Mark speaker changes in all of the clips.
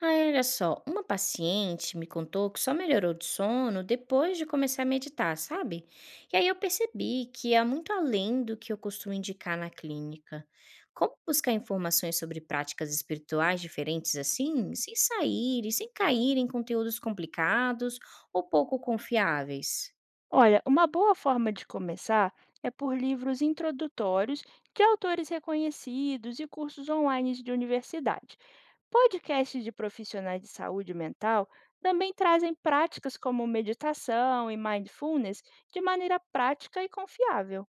Speaker 1: Ai, olha só, uma paciente me contou que só melhorou de sono depois de começar a meditar, sabe? E aí eu percebi que é muito além do que eu costumo indicar na clínica. Como buscar informações sobre práticas espirituais diferentes assim, sem sair e sem cair em conteúdos complicados ou pouco confiáveis?
Speaker 2: Olha, uma boa forma de começar é por livros introdutórios de autores reconhecidos e cursos online de universidade. Podcasts de profissionais de saúde mental também trazem práticas como meditação e mindfulness de maneira prática e confiável.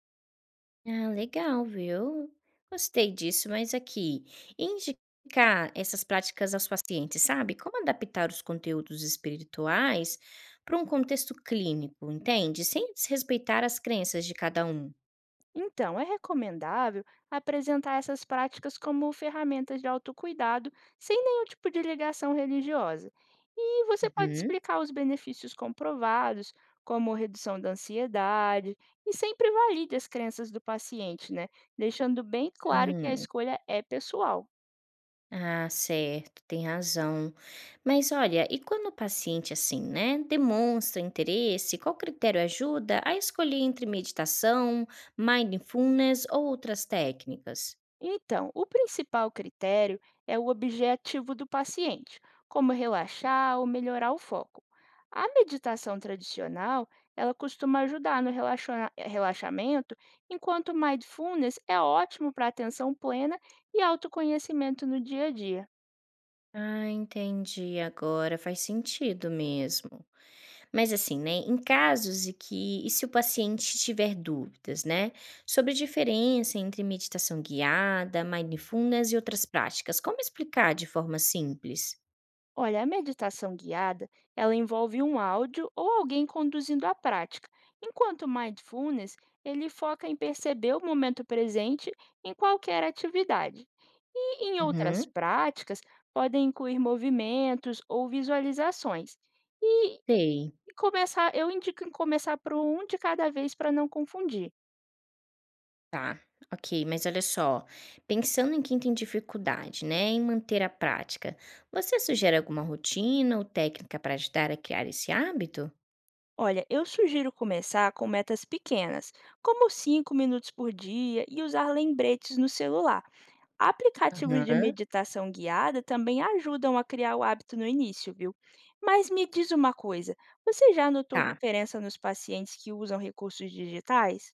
Speaker 1: Ah, legal, viu. Gostei disso, mas aqui, indicar essas práticas aos pacientes, sabe, como adaptar os conteúdos espirituais para um contexto clínico, entende, sem desrespeitar as crenças de cada um.
Speaker 2: Então, é recomendável apresentar essas práticas como ferramentas de autocuidado, sem nenhum tipo de ligação religiosa. E você pode
Speaker 1: Uhum.
Speaker 2: explicar os benefícios comprovados, como redução da ansiedade, e sempre valide as crenças do paciente, né? Deixando bem claro que a
Speaker 1: Hum.
Speaker 2: escolha é pessoal.
Speaker 1: Ah, certo, tem razão. Mas olha, e quando o paciente, assim, né, demonstra interesse, qual critério ajuda a escolher entre meditação, mindfulness ou outras técnicas?
Speaker 2: Então, o principal critério é o objetivo do paciente, como relaxar ou melhorar o foco. A meditação tradicional, ela costuma ajudar no relaxamento, enquanto o mindfulness é ótimo para atenção plena e autoconhecimento no dia a dia.
Speaker 1: Ah, entendi agora, faz sentido mesmo. Mas assim, né, em casos e se o paciente tiver dúvidas, né, sobre a diferença entre meditação guiada, mindfulness e outras práticas, como explicar de forma simples?
Speaker 2: Olha, a meditação guiada, ela envolve um áudio ou alguém conduzindo a prática, enquanto o mindfulness, ele foca em perceber o momento presente em qualquer atividade. E em outras
Speaker 1: Uhum.
Speaker 2: práticas, podem incluir movimentos ou visualizações. E
Speaker 1: Sei,
Speaker 2: começar, eu indico em começar por um de cada vez para não confundir.
Speaker 1: tá. Ok, mas olha só, pensando em quem tem dificuldade, né, em manter a prática, você sugere alguma rotina ou técnica para ajudar a criar esse hábito?
Speaker 2: Olha, eu sugiro começar com metas pequenas, como 5 minutos por dia e usar lembretes no celular. Aplicativos de
Speaker 1: Aham.
Speaker 2: meditação guiada também ajudam a criar o hábito no início, viu? Mas me diz uma coisa: você já notou
Speaker 1: Tá.
Speaker 2: diferença nos pacientes que usam recursos digitais?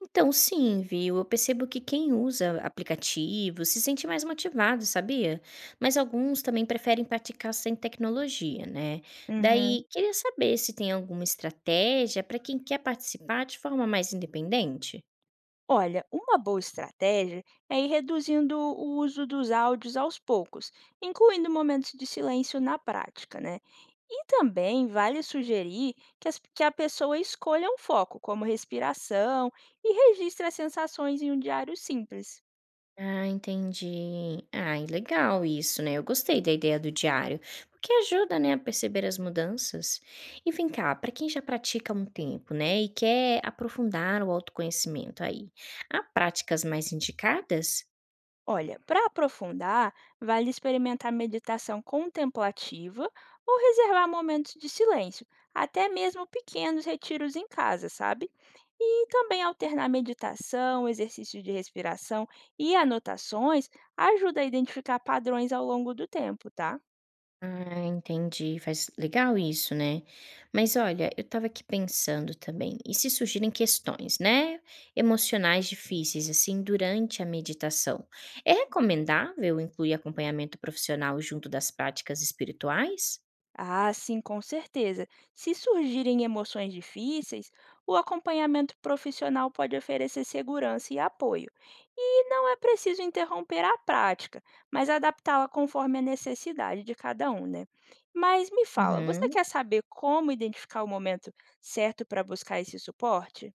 Speaker 1: Então, sim, viu? Eu percebo que quem usa aplicativos se sente mais motivado, sabia? Mas alguns também preferem praticar sem tecnologia, né?
Speaker 2: Uhum.
Speaker 1: Daí, queria saber se tem alguma estratégia para quem quer participar de forma mais independente.
Speaker 2: Olha, uma boa estratégia é ir reduzindo o uso dos áudios aos poucos, incluindo momentos de silêncio na prática, né? E também vale sugerir que, que a pessoa escolha um foco, como respiração, e registre as sensações em um diário simples.
Speaker 1: Ah, entendi. Ai, legal isso, né? Eu gostei da ideia do diário, porque ajuda, né, a perceber as mudanças. E vem cá, para quem já pratica há um tempo, né, e quer aprofundar o autoconhecimento aí, há práticas mais indicadas?
Speaker 2: Olha, para aprofundar, vale experimentar meditação contemplativa ou reservar momentos de silêncio, até mesmo pequenos retiros em casa, sabe? E também alternar meditação, exercícios de respiração e anotações ajuda a identificar padrões ao longo do tempo, tá?
Speaker 1: Ah, entendi. Faz legal isso, né? Mas olha, eu tava aqui pensando também, e se surgirem questões, né, emocionais difíceis assim durante a meditação, é recomendável incluir acompanhamento profissional junto das práticas espirituais?
Speaker 2: Ah, sim, com certeza. Se surgirem emoções difíceis, o acompanhamento profissional pode oferecer segurança e apoio. E não é preciso interromper a prática, mas adaptá-la conforme a necessidade de cada um, né? Mas me fala, você
Speaker 1: Uhum.
Speaker 2: quer saber como identificar o momento certo para buscar esse suporte?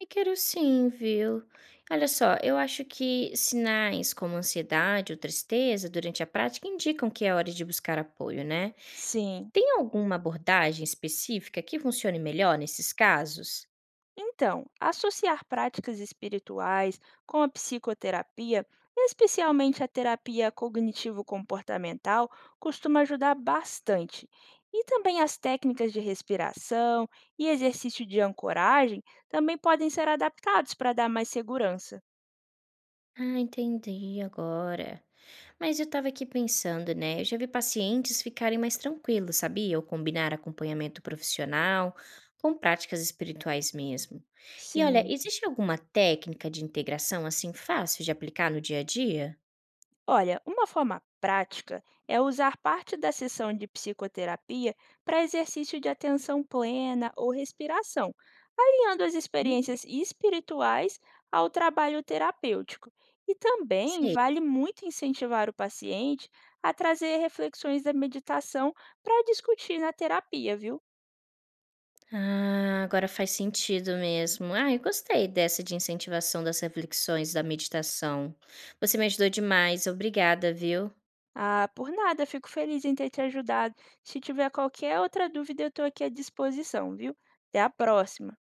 Speaker 1: E quero sim, viu? Olha só, eu acho que sinais como ansiedade ou tristeza durante a prática indicam que é hora de buscar apoio, né?
Speaker 2: Sim.
Speaker 1: Tem alguma abordagem específica que funcione melhor nesses casos?
Speaker 2: Então, associar práticas espirituais com a psicoterapia, especialmente a terapia cognitivo-comportamental, costuma ajudar bastante. E também as técnicas de respiração e exercício de ancoragem também podem ser adaptados para dar mais segurança.
Speaker 1: Ah, entendi agora. Mas eu estava aqui pensando, né? Eu já vi pacientes ficarem mais tranquilos, sabia? Ao combinar acompanhamento profissional com práticas espirituais mesmo. E olha,
Speaker 2: Sim.
Speaker 1: existe alguma técnica de integração assim fácil de aplicar no dia a dia?
Speaker 2: Olha, uma forma prática é usar parte da sessão de psicoterapia para exercício de atenção plena ou respiração, alinhando as
Speaker 1: Hum.
Speaker 2: experiências espirituais ao trabalho terapêutico. E também
Speaker 1: Sei.
Speaker 2: vale muito incentivar o paciente a trazer reflexões da meditação para discutir na terapia, viu?
Speaker 1: Ah, agora faz sentido mesmo. Ah, eu gostei dessa de incentivação das reflexões da meditação. Você me ajudou demais, obrigada, viu?
Speaker 2: Ah, por nada, fico feliz em ter te ajudado. Se tiver qualquer outra dúvida, eu estou aqui à disposição, viu? Até a próxima!